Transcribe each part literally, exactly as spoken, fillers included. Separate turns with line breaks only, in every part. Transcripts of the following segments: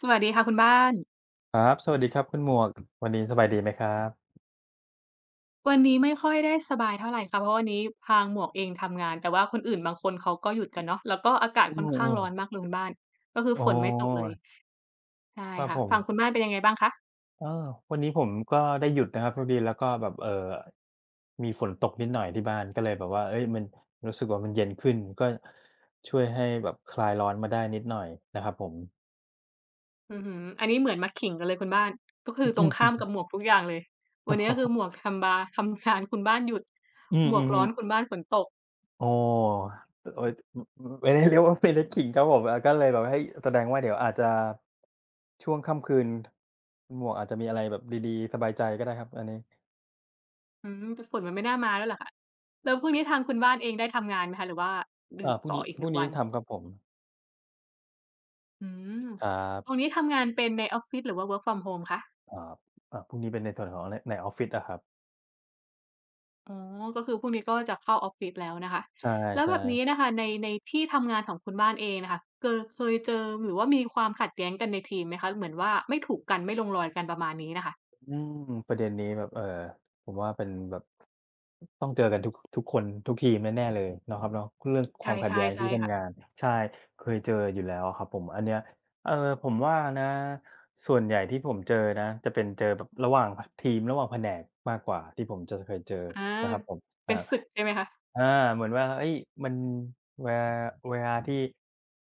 สวัสดีค่ะคุณบ้าน
ครับสวัสดีครับคุณหมวกวันนี้สบายดีไหมครับ
วันนี้ไม่ค่อยได้สบายเท่าไรค่ะเพราะวันนี้ทางหมวกเองทำงานแต่ว่าคนอื่นบางคนเขาก็หยุดกันเนาะแล้วก็อากาศ
อื
ค่อนข้างร้อนมา
อ
กเลยคุณบ้านก็คือ
ๆอ๋
ฝ
อ
นไม่ตกเลยใช่
ครับ
ค่ะ
ผม
ฝั่งคุณบ้านเป็นยังไงบ้างคะ
เออวันนี้ผมก็ได้หยุดนะครับพอดีแล้วก็แบบเอ่อมีฝนตกนิดหน่อยที่บ้านก็เลยแบบว่าเฮ้ยมันรู้สึกว่ามันเย็นขึ้นก็ช่วยให้แบบคลายร้อนมาได้นิดหน่อยนะครับผม
อื้อฮืออันนี้เหมือนมาขิงกันเลยคุณบ้านก็คือตรงข้ามกับหม วกทุกอย่างเลยวันนี้ก็คือหมวกทำบาทำงานคุณบ้านหยุด
อื
หมวกร้อ
อ
นคุณ
ๆๆ
บ้านฝนตก
โอ้โอ๊ยออไม่ได้เรียกว่าไม่ได้ขิงครับผมอาก็เลยแบบให้แสดงว่าเดี๋ยวอาจจะช่วงค่ำคืนหมวกอาจจะมีอะไรแบบดีๆสบายใจก็ได้ครับอันนี้
อืมแต่ฝนมันไม่น่ามาแล้วเหรอคะแล้วพรุ่งนี้ทางคุณบ้านเองได้ทำงานไหมคะหรือว่าหยุ
อ่า
ด
พรุ่ง
ต่อ
นี้
อีกห
พ
นึ่
รุ่ง
ง
นี้
วัน
ทำครับผม
อืม
ครั
ตรง
บ
นี้ทำงานเป็นในออฟฟิศหรือว่า work from home คะ
อ่าอ่าพรุ่งนี้เป็นในส่วนของในในออฟฟิศอะครับ
อ๋อ ก็คือพรุ่งนี้ก็จะเข้าออฟฟิศแล้วนะคะ
ใช
แล้วแบ
่
บนี้
ๆ
น่ะค่ะในในที่ทำงานของคุณบ้านเองน่ะค่ะเกอเคยเจอหรือว่ามีความขัดแย้งกันในทีมไหมคะ เหมือนว่าไม่ถูกกันไม่ลงรอยกันประมาณนี้น่ะค่ะ
อืมประเด็นนี้แบบเออผมว่าเป็นแบบต้องเจอกันทุกทุกคนทุกทีมแน่ๆเลยเนาะครับเนาะเรื่องค
ใช
วามขัด
่
แย้ง
ๆใช่
ที่
ค่ะ
ทำงานใช่เคยเจออยู่แล้วอะครับผมอันเนี้ยเออผมว่านะส่วนใหญ่ที่ผมเจอนะจะเป็นเจอแบบระหว่างพทีมระหว่างแผนกมากกว่าที่ผมจะเคยเจอ
อา
นะครับผม
เป็
อา
นศึกใช่ไหมคะ
อาเหมือนว่าเฮ้ยมันเวลาเวลาที่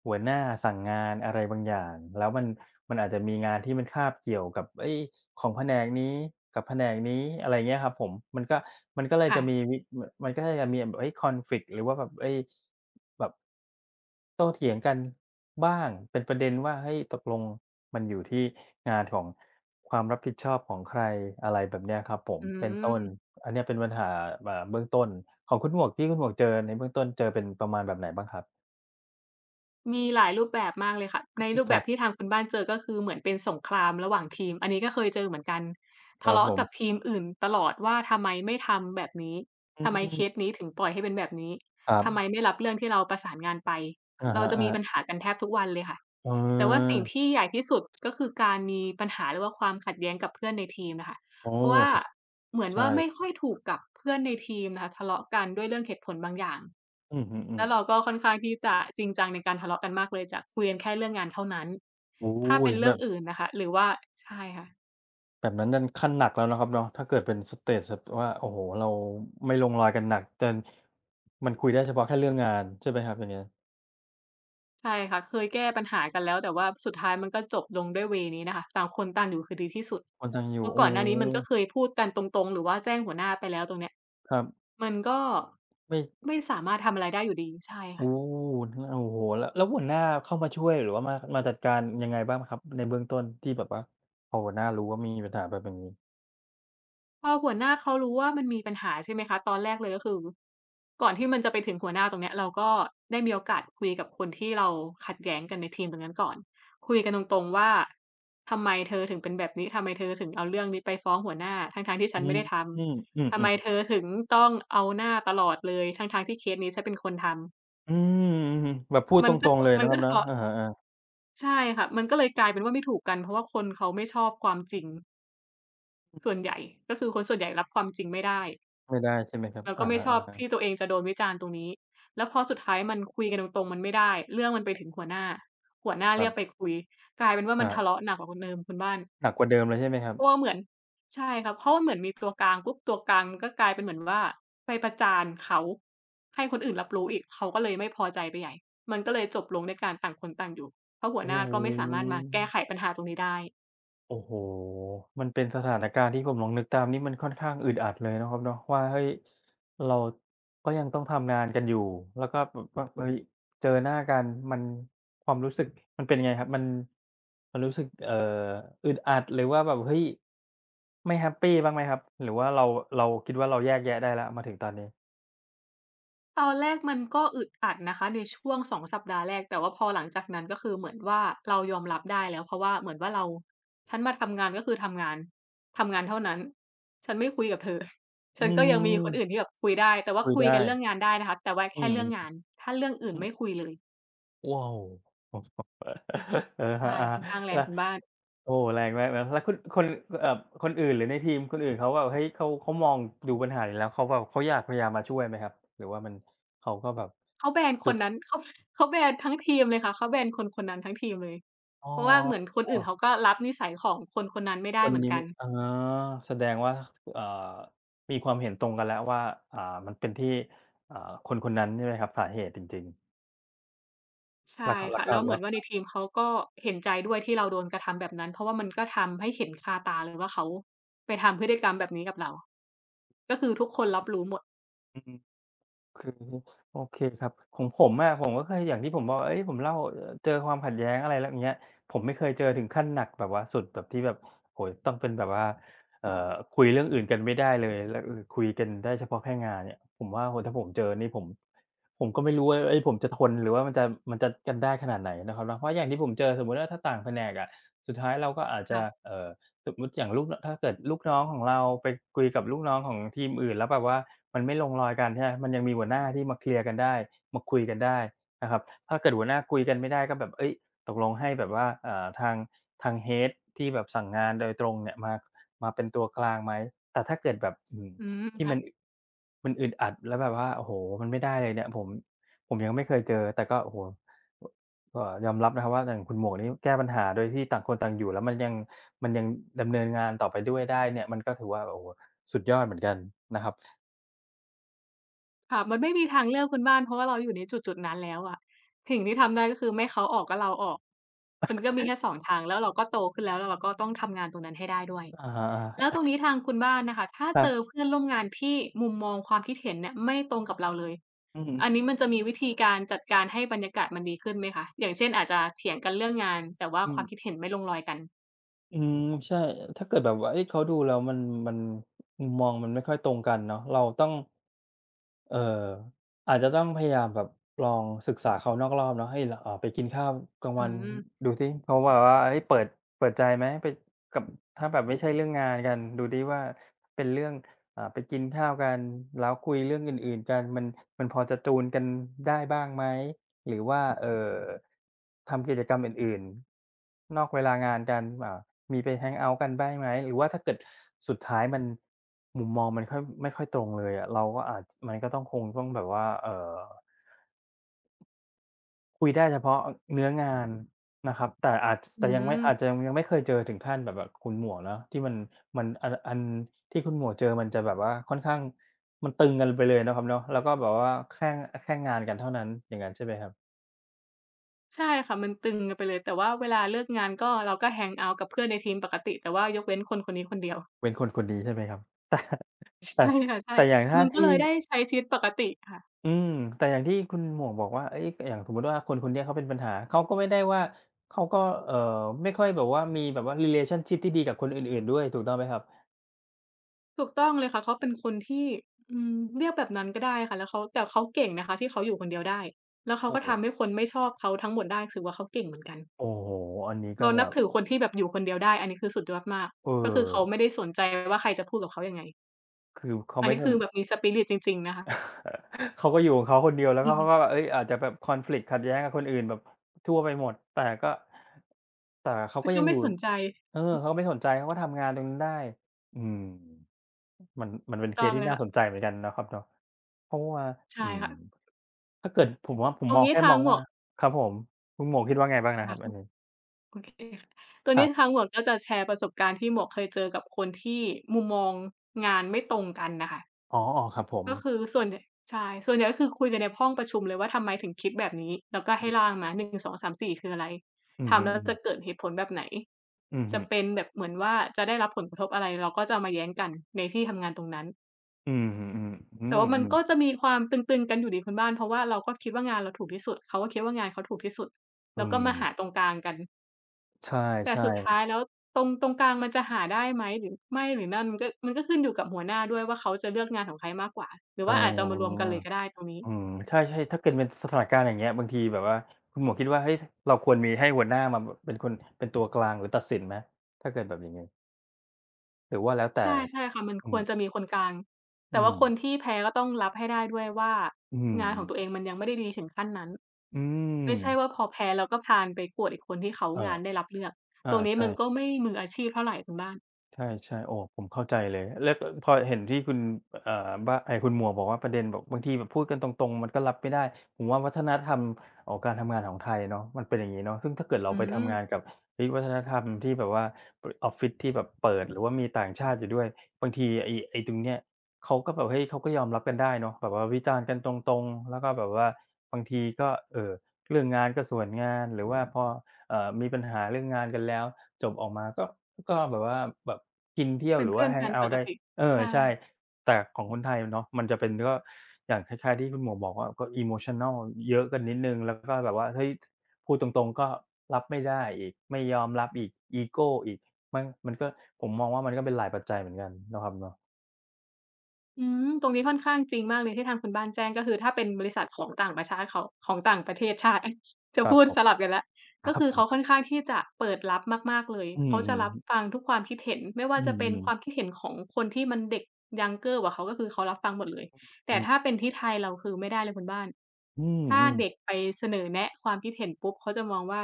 หัวหน้าสั่งงานอะไรบางอย่างแล้วมันมันอาจจะมีงานที่มันคาบเกี่ยวกับเฮ้ยของแผนกนี้กับแผนกนี้อะไรอย่างเงี้ยครับผมมันก็มันก็เลยจะมี
ค่ะ
วิมมันก็เลยจะมีแบบเฮ้ยคอนฟลิกต์หรือว่าแบบเฮ้ย แบบโต้เถียงกันบ้างเป็นประเด็นว่าเฮ้ยตกลงมันอยู่ที่งานของความรับผิดชอบของใครอะไรแบบเนี้ยครับผม
อื
เป็นต้น
ม
อันเนี้ยเป็นปัญหาอ่าเบื้องต้นของคุณหมวกที่คุณหมวกเจอในเบื้องต้นเจอเป็นประมาณแบบไหนบ้างครับ
มีหลายรูปแบบมากเลยค่ะใน
อืม
รูป
ค
แบ
รั
บ
บ
ที่ทางคุณบ้านเจอก็คือเหมือนเป็นสงครามระหว่างทีมอันนี้ก็เคยเจอเหมือนกัน
ค
ทะ
รับ
เลาะ
ผ
กับ
ม
ทีมอื่นตลอดว่าทำไมไม่ทำแบบนี้
อื
ทำไมเคส
ม
นี้ถึงปล่อยให้เป็นแบบนี้
ครับ
ทำไมไม่รับเรื่องที่เราประสานงานไป
อะ
เราจะมีปัญ
ฮะ
หากันแทบทุกวันเลยค่ะ
ๆเออ
แต่ว่าสิ่งที่ใหญ่ที่สุดก็คือการมีปัญหาหรือว่าความขัดแย้งกับเพื่อนในทีมน่ะค่ะ
โอ้
เพราะว่า
ช
เหมือน
ใช่
ว่าไม่ค่อยถูกกับเพื่อนในทีมนะคะทะเลาะกันด้วยเรื่องเหตุผลบางอย่าง
อือฮึ
แล้วเรา
ๆ
ก็ค่อนข้างที่จะจริงจังในการทะเลาะกันมากเลยจะคุยกันแค่เรื่องงานเท่านั้น
โอ้
ถ้า
โฮ
เป็นเรื่
แบ
อง
บ
อื่นน่ะค่ะหรือว่าใช่ค่ะ
แบบนั้นนั่นขั้นหนักแล้วนะครับเนาะถ้าเกิดเป็นสเตจแบบว่าโอ้โฮเราไม่ลงรอยกันหนักแต่มันคุยได้เฉพาะแค่เรื่องงานใช่ไหมครับอย่างเงี้ย
ใช่ค่ะเคยแก้ปัญหากันแล้วแต่ว่าสุดท้ายมันก็จบลงด้วยเวย์นี้น่ะค่ะต่างคนต่างอยู่คือดีที่สุด
ค่อนข้างอ
เพ
ยู่
ราะ
อ๋อ
ก่อนหน้านี้มันก็เคยพูดกันตรงๆหรือว่าแจ้งหัวหน้าไปแล้วตรงเนี้ย
ครับ
มันก็
ไม่
ไม่สามารถทำอะไรได้อยู่ดีใช่
โอ้
ค่ะ
โอ้โฮแล้วแล้วหัวหน้าเข้ามาช่วยหรือว่ามามาจัดการยังไงบ้างครับในเบื้องต้นที่แบบว่าพอหัวหน้ารู้ว่ามีปัญหาแบบอย่างงี้
พอหัวหน้าเขารู้ว่ามันมีปัญหาใช่ไหมคะตอนแรกเลยก็คือก่อนที่มันจะไปถึงหัวหน้าตรงเนี้ยเราก็ได้มีโอกาสคุยกับคนที่เราขัดแย้งกันในทีมตรงนั้นก่อนคุยกันตรงๆว่าทำไมเธอถึงเป็นแบบนี้ทำไมเธอถึงเอาเรื่องนี้ไปฟ้องหัวหน้าทั้งๆที่ฉั
อื
นไม่
ม
ได้ท
อืมอื
ำทำไม
อ
เธอ
ๆ
ถึงต้องเอาหน้าตลอดเลยทั้งๆที่เคสนี้ฉันเป็นคนทำ
อืมอือๆแบบพูด
มั
ต
นก็
รง
ต
ๆเลย
มัน
นะค
ก็
รับ
ทะ
นะ
เลาะ
อะฮะ
ใช่ค่ะมันก็เลยกลายเป็นว่าไม่ถูกกันเพราะว่าคนเขาไม่ชอบความจริงส่วนใหญ่ก็คือคนส่วนใหญ่รับความจริงไม่ได้
ๆไม่ได้ใช่ไหมครับ
เราก็
อะ
ไม่
ฮะ
ชอบที่ตัวเองจะโดนวิจารณ์ตรงนี้ แล้วพอสุดท้ายมันคุยกันตรงๆมันไม่ได้ เรื่องมันไปถึงหัวหน้า หัวหน้า
ๆค
เรี
รั
ย
บ
กไปคุยกลายเป็นว่า
ค
มัน
รั
ทะเลาะ
บ
หนักกว่าคนเดิมคุณบ้าน
หนักกว่าเดิมเลยใช่ไหมครับ
เพราะว่าเหมือนใช่ครับเพราะว่าเหมือนมีตัวกลางปุ๊บตัวกลางมันก็กลายเป็นเหมือนว่าไปประจานเขา ให้คนอื่นรับรู้อีก เขาก็เลยไม่พอใจไปใหญ่มันก็เลยจบลงด้วยการต่างคนต่างอยู่เพราะหัวห
โอ้
น้า
โฮ
ก็ไม่สามารถมาแก้ไขปัญหาตรงนี้ได้
โอ้โฮมันเป็นสถานการณ์ที่ผมลองนึกตามนี่มันค่อนข้างอึดอัดเลยเนาะครับเนาะว่าเฮ้ยเราก็ยังต้องทำงานกันอยู่แล้วก็แบบว่าเฮ้ยเจอหน้ากันมันความรู้สึกมันเป็นยังไงครับมันมันรู้สึกเอ่ออึดอัดหรือว่าแบบเฮ้ยไม่แฮปปีบ้างไหมครับหรือว่าเราเราคิดว่าเราแยกแยะได้แล้วมาถึงตอนนี้
ตอนแรกมันก็อึดอัดนะคะในช่วงสองสัปดาห์แรกแต่ว่าพอหลังจากนั้นก็คือเหมือนว่าเรายอมรับได้แล้วเพราะว่าเหมือนว่าเราฉันมาทำงานก็คือทำงานทำงานเท่านั้นฉันไม่คุยกับเธอ
อื
ฉันก็ยังมีคนอื่นที่
ม
แบบคุยได้แต่ว่า
คุย
คุยกั
ได้
นเรื่องงานได้นะคะแต่ว่า
อื
แค่เรื่องงา
ม
นถ้าเรื่องอื่นไม่คุยเลย
ว้าว เออ
ใช่
ฮะ
ค่อนข้างแร
ๆ
ง
แล้ว
คุณบ้าน
โอ้แรงมากนะแล้วคนคนเอ่อคนอื่นหรือในทีมคนอื่นเขาแบบเฮ้ยเขาเขามองดูปัญหานี้แล้วเขาแบบเขาอยากพยายามมาช่วยไหมครับหรือว่ามันเขาก็แบบ
เขาแบนค
สุ
น
ด
นั้น เขาเขาแบนทั้งทีมเลยค่ะเขาแบนคนคนนั้นทั้งทีมเลย
อ๋อ
เพราะว่าเหมือนคนอื่นเขาก็รับนิสัยของคนคนนั้นไม่
ค
ได้
น
เหมือน
นี้
กัน
เอ๋อแสดงว่าเอ่อมีความเห็นตรงกันแล้วว่าอ่ามันเป็นที่อ่าคนคนนั้นใช่ไหมครับสาเหตุจริง
ใช่
ๆราคารา
ค่ะแล้
คา
วเหมื
แล้
อน
ว
ว่าในทีมเขาก็เห็นใจด้วยที่เราโดนกระทำแบบนั้นเพราะว่ามันก็ทำให้เห็นคาตาเลยว่าเขาไปทำพฤติกรรมแบบนี้กับเราก็คือทุกคนรับรู้หมด
คือโอเคครับของผมอะผมก็เคยอย่างที่ผมบอกเฮ้ยผมเล่าเอ่อเจอความขัดแย้งอะไรแล้วอย่างเงี้ยผมไม่เคยเจอถึงขั้นหนักแบบว่าสุดแบบที่แบบโอ้โฮต้องเป็นแบบว่าเอ่อคุยเรื่องอื่นกันไม่ได้เลยแล้วเออคุยกันได้เฉพาะแค่งานเนี่ยผมว่าโอ้โฮถ้าผมเจอนี่ผมผมก็ไม่รู้ว่าเฮ้ยผมจะทนหรือว่ามันจะมันจะกันได้ขนาดไหนนะครับเนาะเพราะอย่างที่ผมเจอสมมุติว่าถ้าต่างแผนกอะสุดท้ายเราก็อาจจะ
ค่ะ
เอ่อสมมุติอย่างลูกนถ้าเกิดลูกน้องของเราไปคุยกับลูกน้องของทีมอื่นแล้วแบบว่า มันไม่ลงรอยกันใช่ไหมมันยังมีหัวหน้าที่มาเคลียร์กันได้มาคุยกันได้นะครับถ้าเกิดหัวหน้าคุยกันไม่ได้ก็แบบเอ้ยตกลงให้แบบว่าเอ่อทางทาง เฮด ที่แบบสั่งงานโดยตรงเนี่ยมามาเป็นตัวกลางไหมแต่ถ้าเกิดแบบอืม
อืม
ที่
ค่ะ
มันมันอึดอัดแล้วแบบว่าโอ้โฮมันไม่ได้เลยเนี่ยผมผมยังไม่เคยเจอ แต่ก็โอ้โฮเอ่อยอมรับนะครับว่าอย่างคุณหมวกนี่แก้ปัญหาโดยที่ต่างคนต่างอยู่แล้วมันยังมันยังดำเนินงานต่อไปด้วยได้เนี่ยมันก็ถือว่าโอ้โฮสุดยอดเหมือนกันนะครับ
ค่ะมันไม่มีทางเลือกคุณบ้านเพราะว่าเราอยู่ในจุดๆนั้นแล้วอะสิ่งที่ทำได้ก็คือไม่เขาออกก็เราออกมันก็มีแค่สองทางแล้วเราก็โตขึ้นแล้วแล้วเราก็ต้องทำงานตรงนั้นให้ได้ด้วย
อ
แล้ว
า
ตรงนี้ทางคุณบ้านน่ะค่ะถ้า
ค
เจ
รั
อ
บ
เพื่อนร่วมงานที่มุมมองความคิดเห็นเนี่ยไม่ตรงกับเราเลย
อืม
อันนี้มันจะมีวิธีการจัดการให้บรรยากาศมันดีขึ้นไหมคะอย่างเช่นอาจจะเถียงกันเรื่องงานแต่ว่า
อื
ค
ม
วามคิดเห็นไม่ลงรอยกัน
อืมใช่ถ้าเกิดแบบว่าเฮ้ยเขาดูแล้วมันมันมุมมองมันไม่ค่อยตรงกันเนาะเราต้อง เอออาจจะต้องพยายามแบบลองศึกษาเขานอกรอบเนาะให้ยลเอ่อไปกินข้าวกลาง
อื
วัน
ม
ดูสิเขาแบบว่าเฮ้ยเปิดเปิดใจไหมไปกับถ้าแบบไม่ใช่เรื่องงานกันดูสิว่าเป็นเรื่องอ่าไปกินข้าวกันแล้วคุยเรื่องอื่นๆกันมันมันพอจะจูนกันได้บ้างไหมหรือว่าเอ่อทำกิจกรรมอื่นๆนอกเวลางานกันอ่า มีไปแฮงเอาต์กันบ้างไหมหรือว่าถ้าเกิดสุดท้ายมันมุมมองมันค่อยไม่ค่อยตรงเลยอะเราก็อาจมันก็ต้องคงต้องแบบว่าเอ่อคุยได้เฉพาะอเนื้องานนะครับแต่อาจ
อื
แต่ยังไม่อาจจะ
ม
ยังยังไม่เคยเจอถึงขั้นแบบแบบคุณหมวกเนาะที่มันมันอันอันที่คุณหมวกเจอมันจะแบบว่าค่อนข้างมันตึงกันไปเลยเนาะครับเนาะแล้วก็แบบว่าแค่แค่งานกันเท่านั้นอย่างงั้นใช่ไหมครับ
ใช่ค่ะมันตึงกันไปเลยแต่ว่าเวลาเลิกงานก็เราก็แฮงเอาต์กับเพื่อนในทีมปกติแต่ว่ายกเว้นคนคนนี้คนเดียว
เว้นคนคนนี้ใช่ไหมครับ แต่แต่
ใช่ค่ะใช่
แต่อย่างถ้า
มันก็เล
ที่
ยได้ใช้ชีวิตปกติค่ะ
อืมแต่อย่างที่คุณหมวกบอกว่าเอ้ยอย่างสมมุติว่าคนคนเนี้ยเขาเป็นปัญหาเขาก็ไม่ได้ว่าเขาก็เอ่อไม่ค่อยแบบว่ามีแบบว่า relationship ที่ดีกับคนอื่นๆด้วยถูกต้องไหมครับ
ถูกต้องเลยค่ะเขาเป็นคนที่อืมเรียกแบบนั้นก็ได้ค่ะแล้วเขาแต่เขาเก่งนะคะที่เขาอยู่คนเดียวได้แล้วเขา
โอ้
ก็
โฮ
ทำให้คนไม่ชอบเขาทั้งหมดได้ถือว่าเขาเก่งเหมือนกัน
โอ้โฮอันนี้ก็
เรา
แบ
นับ
บ
ถือคนที่แบบอยู่คนเดียวได้อันนี้คือสุดยอดมาก
เออ
ก็คือเขาไม่ได้สนใจว่าใครจะพูดกับเขายังไง
คือเขา
อัน
ไม่
นี้
ส
คื
น
อแบบมี Spirit จริงๆนะคะ
เขาก็อยู่ของเขาคนเดียวแล้ว
อื
ก็
อฮึ
เขาก็เฮ้ยอาจจะแบบ conflict ขัดแย้งกับคนอื่นแบบทั่วไปหมดแต่ก็แต่เขา
ซึ่ง
ก็
ก็
ยัง
ไม่
อยู่
สนใจ
เออ
ถูก
เขาไม่สนใจเขาก็ทำงานตรงนั้นได้อืม มันมัน
ถู
เป็
ก
นเค
ต้อ
ส
งเล
ที่
ย
น่า
ค่ะ
สนใจเหมือนกันนะครับเนาะเพราะว่า
ใช่
อืม
ค่ะ
ถ้าเกิดผมว่าผ
ต
ม
ร
ม
ง
อง
นี้
แค่
ทา
ม
ง
อง
หมว
ว่า
ก
ครับผมคุณหมวกคิดว่าไงบ้างนะค
ค่ะ
รับอันนี้
โอเคค่ะตรง
ค
นี้
รั
ทาง
บ
หมวกก็จะแชร์ประสบการณ์ที่หมวกเคยเจอกับคนที่มุมมองงานไม่ตรงกันน่ะค่ะ
อ๋ออ๋อครับผม
ก็คือส่วนใหญ่ใช่ส่วนใหญ่ก็คือคุยกันในห้องประชุมเลยว่าทำไมถึงคิดแบบนี้แล้วก็ให้
อ
ร่างมาหนึ่งงสสองสามสี่คืออะไร
ือ
ทำ
อื
แล้ว
อฮึ
จะเกิด
ๆ
เหตุผลแบบไหน
อือ
จะ
ฮึ
เป็นแบบเหมือนว่าจะได้รับผลกระทบอะไรเราก็จะเอามาแย้งกันในที่ทำงานตรงนั้น
อือฮึอืม
แต่ว่ามัน
อื
ก็
ม
จะมีความตึงๆกันอยู่ดีคุณบ้านเพราะว่าเราก็คิดว่างานเราถูกที่สุดเขาก็คิดว่างานเขาถูกที่สุด
อื
แล้วก็มาหาต
ม
รงกลางกัน
ใช
แต่
่
สุดท้าย
ๆ
แล้วตรงตรงกลางมันจะหาได้ไหมหรือไม่หรือนั่นมันก็มันก็ขึ้นอยู่กับหัวหน้าด้วยว่าเขาจะเลือกงานของใครมากกว่าหรือ
อ๋อ
ว่าอาจจะเอามารวมกันเลยก็ได้ตรงนี้
อืมใช่ๆถ้าเกิดเป็นสถานการณ์อย่างเงี้ยบางทีแบบว่าคุณหมวกคิดว่าเฮ้ยเราควรมีให้หัวหน้ามาแบบเป็นคนเป็นตัวกลางหรือตัดสินไหมถ้าเกิดแบบอย่างงี้หรือว่าแล้วแต่
ใช่ใช่ค่ะมัน
อื
คว
ม
รจะมีคนกลางแต่
อื
ว่า
ม
คนที่แพ้ก็ต้องรับให้ได้ด้วยว่า
อืม
งานของตัวเองมันยังไม่ได้ดีถึงขั้นนั้น
อืม
ไม่ใช่ว่าพอแพ้แล้วก็พาลไปโกรธอีกคนที่เขางาน
เออ
ได้รับเลือก
อา
ตรงนี้มันก็
ใช่
ไม่มืออาชีพเท่าไรคุณบ้าน
ใช่ๆโอ้ผมเข้าใจเลยแล้วก็พอเห็นที่คุณเอ่อบ้าไอ้คุณหมวกบอกว่าประเด็นแบบบางทีแบบพูดกันตรงๆมันก็รับไม่ได้ผมว่าวัฒนธรรมเอ่อการทำงานของไทยเนาะมันเป็นอย่างงี้เนาะซึ่งถ้าเกิดเรา
อื
ไป
ม
ทำงานกับเฮ้ยวัฒนธรรมที่แบบว่าปออฟฟิศที่แบบเปิดหรือว่ามีต่างชาติอยู่ด้วยบางทีไอ้ไอ้ตรงเนี้ยเขาก็แบบเฮ้ยเขาก็ยอมรับกันได้เนาะแบบว่าวิจารณ์กันตรงๆแล้วก็แบบว่าบางทีก็เอ่อเรื่องงานก็ส่วนงานหรือว่าพอ เอ่อมีปัญหาเรื่องงานกันแล้วจบออกมาก็ก็แบบว่าแบบกินเที่ยว
เป็น
หรือ
เพื่
ว่า
อน
แฮง
กัน
เอา
ป
ต์
ก
ได้
ติ
เออ
ใช่
ใช่แต่ของคนไทยเนาะมันจะเป็นก็อย่างคล้ายๆที่คุณหมวกบอกว่าก็ emotional เยอะกันนิดหนึ่งแล้วก็แบบว่าเฮ้ยพูดตรงๆก็รับไม่ได้อีกไม่ยอมรับอีกอีโกอีกมันมันก็ผมมองว่ามันก็เป็นหลายปัจจัยเหมือนกันเนาะครับเนาะ
อืมตรงนี้ค่อนข้างจริงมากเลยที่ทางคุณบ้านแจ้งก็คือถ้าเป็นบริษัทของต่างประชาติเขาของต่างประเทศชาติ จะ
ครับ
พูด
ผ
ส
ม
ลับกันแล้วก็
ครับ
คือ
ผม
เขา
ครั
ค่อนข้า
บ
งที่จะเปิดรับมากๆเลย
อื
เขา
ม
จะรับฟั
ๆ
งทุกความคิดเห็นไม่ว่า
อื
จะเป็นค
ม
วา
ๆ
มคิดเห็นของคนที่มันเด็ก younger กว่าเขาก็คือเขารับฟังหมดเลยแต่
อื
ถ้า
ม
เป็นที่ไทยเราคือไม่ได้เลยคุณบ้าน
อื
ถ้า
ม
เด็ก
ๆ
ไปเสนอแนะความคิดเห็นปุ๊บเขาจะมองว่า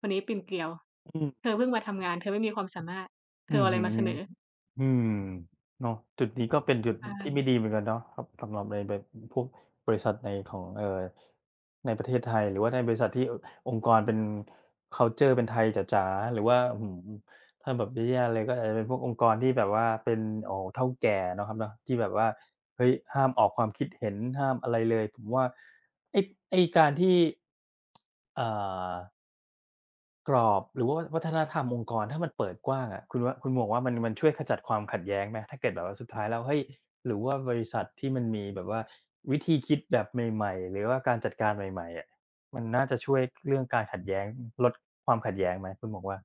คนนี้ปีนเกลียว
อือฮึ
เธอเพิ่งมาทำงานเธอไม่มีความสามารถเธ
อื
อ
อ
เอาอะไร
ฮึ
มาเสนอ
อืมเนาะจุดนี้ก็เป็นจุดที่ไม่
ใช่
ดีเหมือนกันเนาะครับสำหรับในแบบพวกบริษัทในของเอ่อในประเทศไทยหรือว่าในบริษัทที่อองค์กรเป็นคัลเชอร์เป็นไทยจ๋าๆหรือว่าอื้อฮือถ้าแบบแย่ๆเลยก็อาจจะเป็นพวกองค์กรที่แบบว่าเป็นโอ้โฮเฒ่าแก่เนาะครับเนาะที่แบบว่าเฮ้ยห้ามออกความคิดเห็นห้ามอะไรเลยผมว่าไอ้ไอ้การที่อ่า กรอบหรือว่าวัฒนธรรมองค์กรถ้ามันเปิดกว้างอะคุณว่าคุณหมวกว่ามันมันช่วยขจัดความขัดแย้งไหมถ้าเกิดแบบว่าสุดท้ายแล้วเฮ้ยหรือว่าบริษัทที่มันมีแบบว่าวิธีคิดแบบใหม่ๆหรือว่าการจัดการใหม่ๆอะมันน่าจะช่วยเรื่องการขัดแย้งลดความขัดแย้งไหมคุณหมวกว่า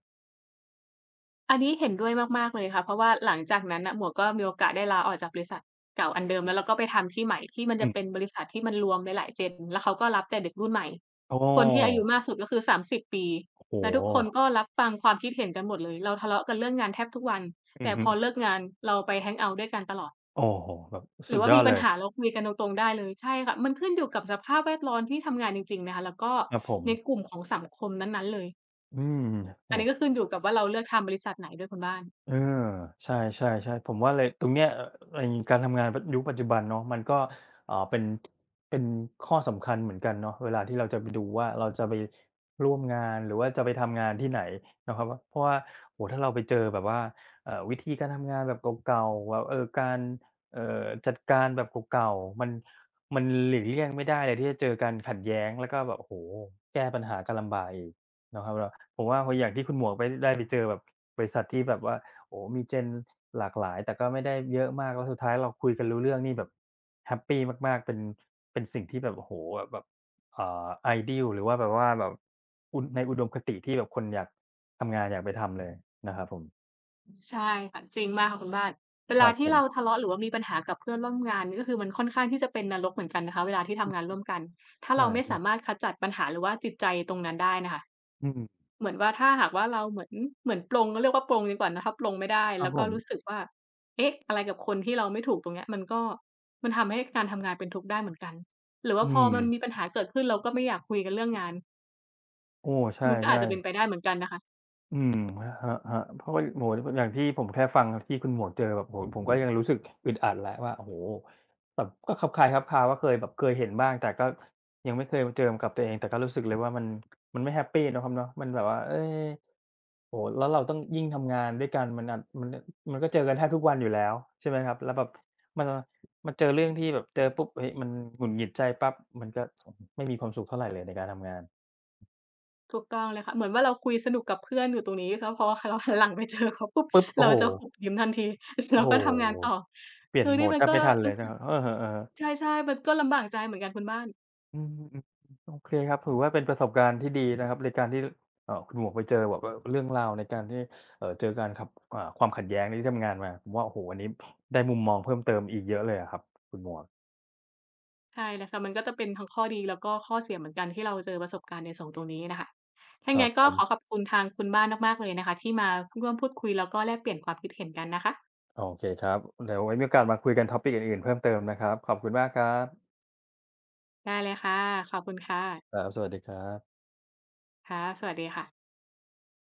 อันนี้เห็นด้วยมากๆเลยค่ะเพราะว่าหลังจากนั้นน่ะหมวกก็มีโอกาสได้ลาออกจากบริษัทเก่าอันเดิมแล้วเราก็ไปทำที่ใหม่ที่มัน
อื
จะ
ม
เป็นบริษัทที่มันรวมหลายๆ Gen แล้วเขาก็รับแต่เด็กรุ่นใหม่
โอ
คนที่อายุ
้
มากสุดก็คือสามสิบปี
โอ้โฮ
แล้วทุกคนก็รับฟังความคิดเห็นกันหมดเลยเราทะเลาะกันเรื่องงานแทบทุกวัน
อื
แต่
อ
พ
ฮึ
อเลิกงานเราไปแฮงเอาต์ด้วยกันตลอด
โอ้โฮแบบ
หรื
สุ
อ
ด
ว่า
ยอ
มี
ด
ปั
เล
ญ
ย
หาเราคุยกันตรงๆได้เลยใช่ค่ะมันขึ้นอยู่กับสภาพแวดล้อมที่ทำงานจริงๆนะคะแล้วก็
ครับผม
ในกลุ่มของสังคมนั้นๆเลย
อืมโอ้
อันนี้ก็ขึ้นอยู่กับว่าเราเลือกทำบริษัทไหนด้วยคุณบ้าน
เออใช่ๆๆผมว่าเลยตรงเนี้ยเอ่อไอ้การทำงานปยุคปัจจุบันเนาะมันก็อ่าเป็นเป็นข้อสำคัญเหมือนกันเนาะเวลาที่เราจะไปดูว่าเราจะไปร่วมงานหรือว่าจะไปทำงานที่ไหนนะครับวเพราะว่าโอ้โฮถ้าเราไปเจอแบบว่าเอ่อวิธีการทำงานแบบเก่าๆแบบเอ่อการเอ่อจัดการแบบเก่าๆมันมันหลีกเลี่ยงไม่ได้เลยที่จะเจอการขัดแย้งแล้วก็แบบโอ้โฮแก้ปัญหากันลำบากอีกนะครับแล้วผมว่าพออย่างที่คุณหมวกไปได้ไปเจอแบบบริษัทที่แบบว่า โอ้มี เจน หลากหลายแต่ก็ไม่ได้เยอะมาก แล้วสุดท้ายเราคุยกันรู้เรื่องนี่แบบแฮปปีมากๆ เป็นเป็นสิ่งที่แบบโอ้โฮแบบอ่า ไอเดียล หรือว่าแบบว่าแบบอุดในอุดมคติที่แบบคนอยากทำงานอยากไปทำเลยนะครับผม
ใช่ค่ะจริงมากค่ะคุณบ้านเว
ค
ลา
รับผ
ที่เรา
ม
ทะเลาะหรือว่ามีปัญหากับเพื่อนร่วมงานก็คือมันค่อนข้างที่จะเป็นนรกเหมือนกันนะคะเวลาที่ทำงานร่วมกันถ้าเรา
ใช่
ไม่สามารถขจัดปัญหาหรือว่าจิตใจตรงนั้นได้น่ะค่ะ
ๆอืม
เหมือนว่าถ้าหากว่าเราเหมือนเหมือนปลงเรียกว่าปลงดีกว่านะคะปลงไม่ได้
ครับ
แล้ว
ผ
ก็รู้
ม
สึกว่าเอ๊ะอะไรกับคนที่เราไม่ถูกตรงเนี้ยมันก็มันทำให้การทำงานเป็นทุกข์ได้เหมือนกันหรือ
อื
ว่าพอมันมี
ม
ปัญหาเกิดขึ้นเราก็ไม่อยากคุยกันเรื่องงาน
โอ้ใช
มันก็อา
่
จจะเป็น
ๆ
ไปได้เหมือนกันนะคะ
อืมครับครับเพราะว่าโอ้โฮอย่างที่ผมแค่ฟังที่คุณหมวกเจอแบบโอ้โฮผมก็ยังรู้สึกอึดอัดแล้วว่าโอ้โฮแบบก็คลับคล้ายคลับคลาว่าเคยแบบเคยเห็นบ้างแต่ก็ยังไม่เคยเจอกับตัวเองแต่ก็รู้สึกเลยว่ามันมันไม่แฮปปีเนาะครับเนาะมันแบบว่าเอ๊โอ้โฮแล้วเราต้องยิ่งทำงานด้วยกันมันอาจมันมันก็เจอกันแทบทุกวันอยู่แล้วใช่ไหมครับแล้วแบบมันมันเจอเรื่องที่แบบเจอปุ๊บเฮ้ยมันหงุดหงิดใจปั๊บมันก็ไม่มีความสุขเท่าไรเลยในการทำงาน
ถูกต้องเลยค่ะเหมือนว่าเราคุยสนุกกับเพื่อนอยู่ตรงนี้แล้วพอเราหันหลังไปเจอเขาปุ๊บ
ปุ๊บโอ้
เรา
โฮ
จะหุบยิ้มทันที เรา
โอ้โฮ
ก็ทำงานต่อ
เปลี่ยน
คือ
โหม
นี่
ด
มัน
แทบ
ก็
ไม่ทันเล
รู้
ย
สึ
นะ
ก
ครับเออๆ
ใ
ๆ
ช่ๆมันก็ลำบากใจเหมือนกันคุณบ้าน
อืมๆๆโอเคครับถือว่าเป็นประสบการณ์ที่ดีนะครับในการที่เอ่อคุณหมวกไปเจอแบบว่าเรื่องราวในการที่เอ่อเจอการขับอ่าความขัดแย้งในที่ทำงานมาผมว่าโอ้โฮอันนี้ได้มุมมองเพิ่มเติมอีกเยอะเลยอะครับคุณหมวก
ใช่เลยค่ะมันก็จะเป็นทั้งข้อดีแล้วก็ข้อเสียเหมือนกันที่เราเจอประสบการณ์ในสองตรงนี้น่ะค่ะถ้า
ค
ยัง
รั
ไง
บผ
ก็ขอข
ม
อบคุณทางคุณบ้านมากๆเลยนะคะที่มาร่วมพูดคุยแล้วก็แลกเปลี่ยนความคิดเห็นกันนะคะ
โอเคครับเดี๋ยวไว้มีโอกาสมาคุยกัน ทอปปิก อื่นๆเพิ่มเติมนะครับขอบคุณมากครับ
ได้เลยค่ะขอบคุณค่ะ
ครับสวัสดีครับ
ค่ะสวัสดีค่ะ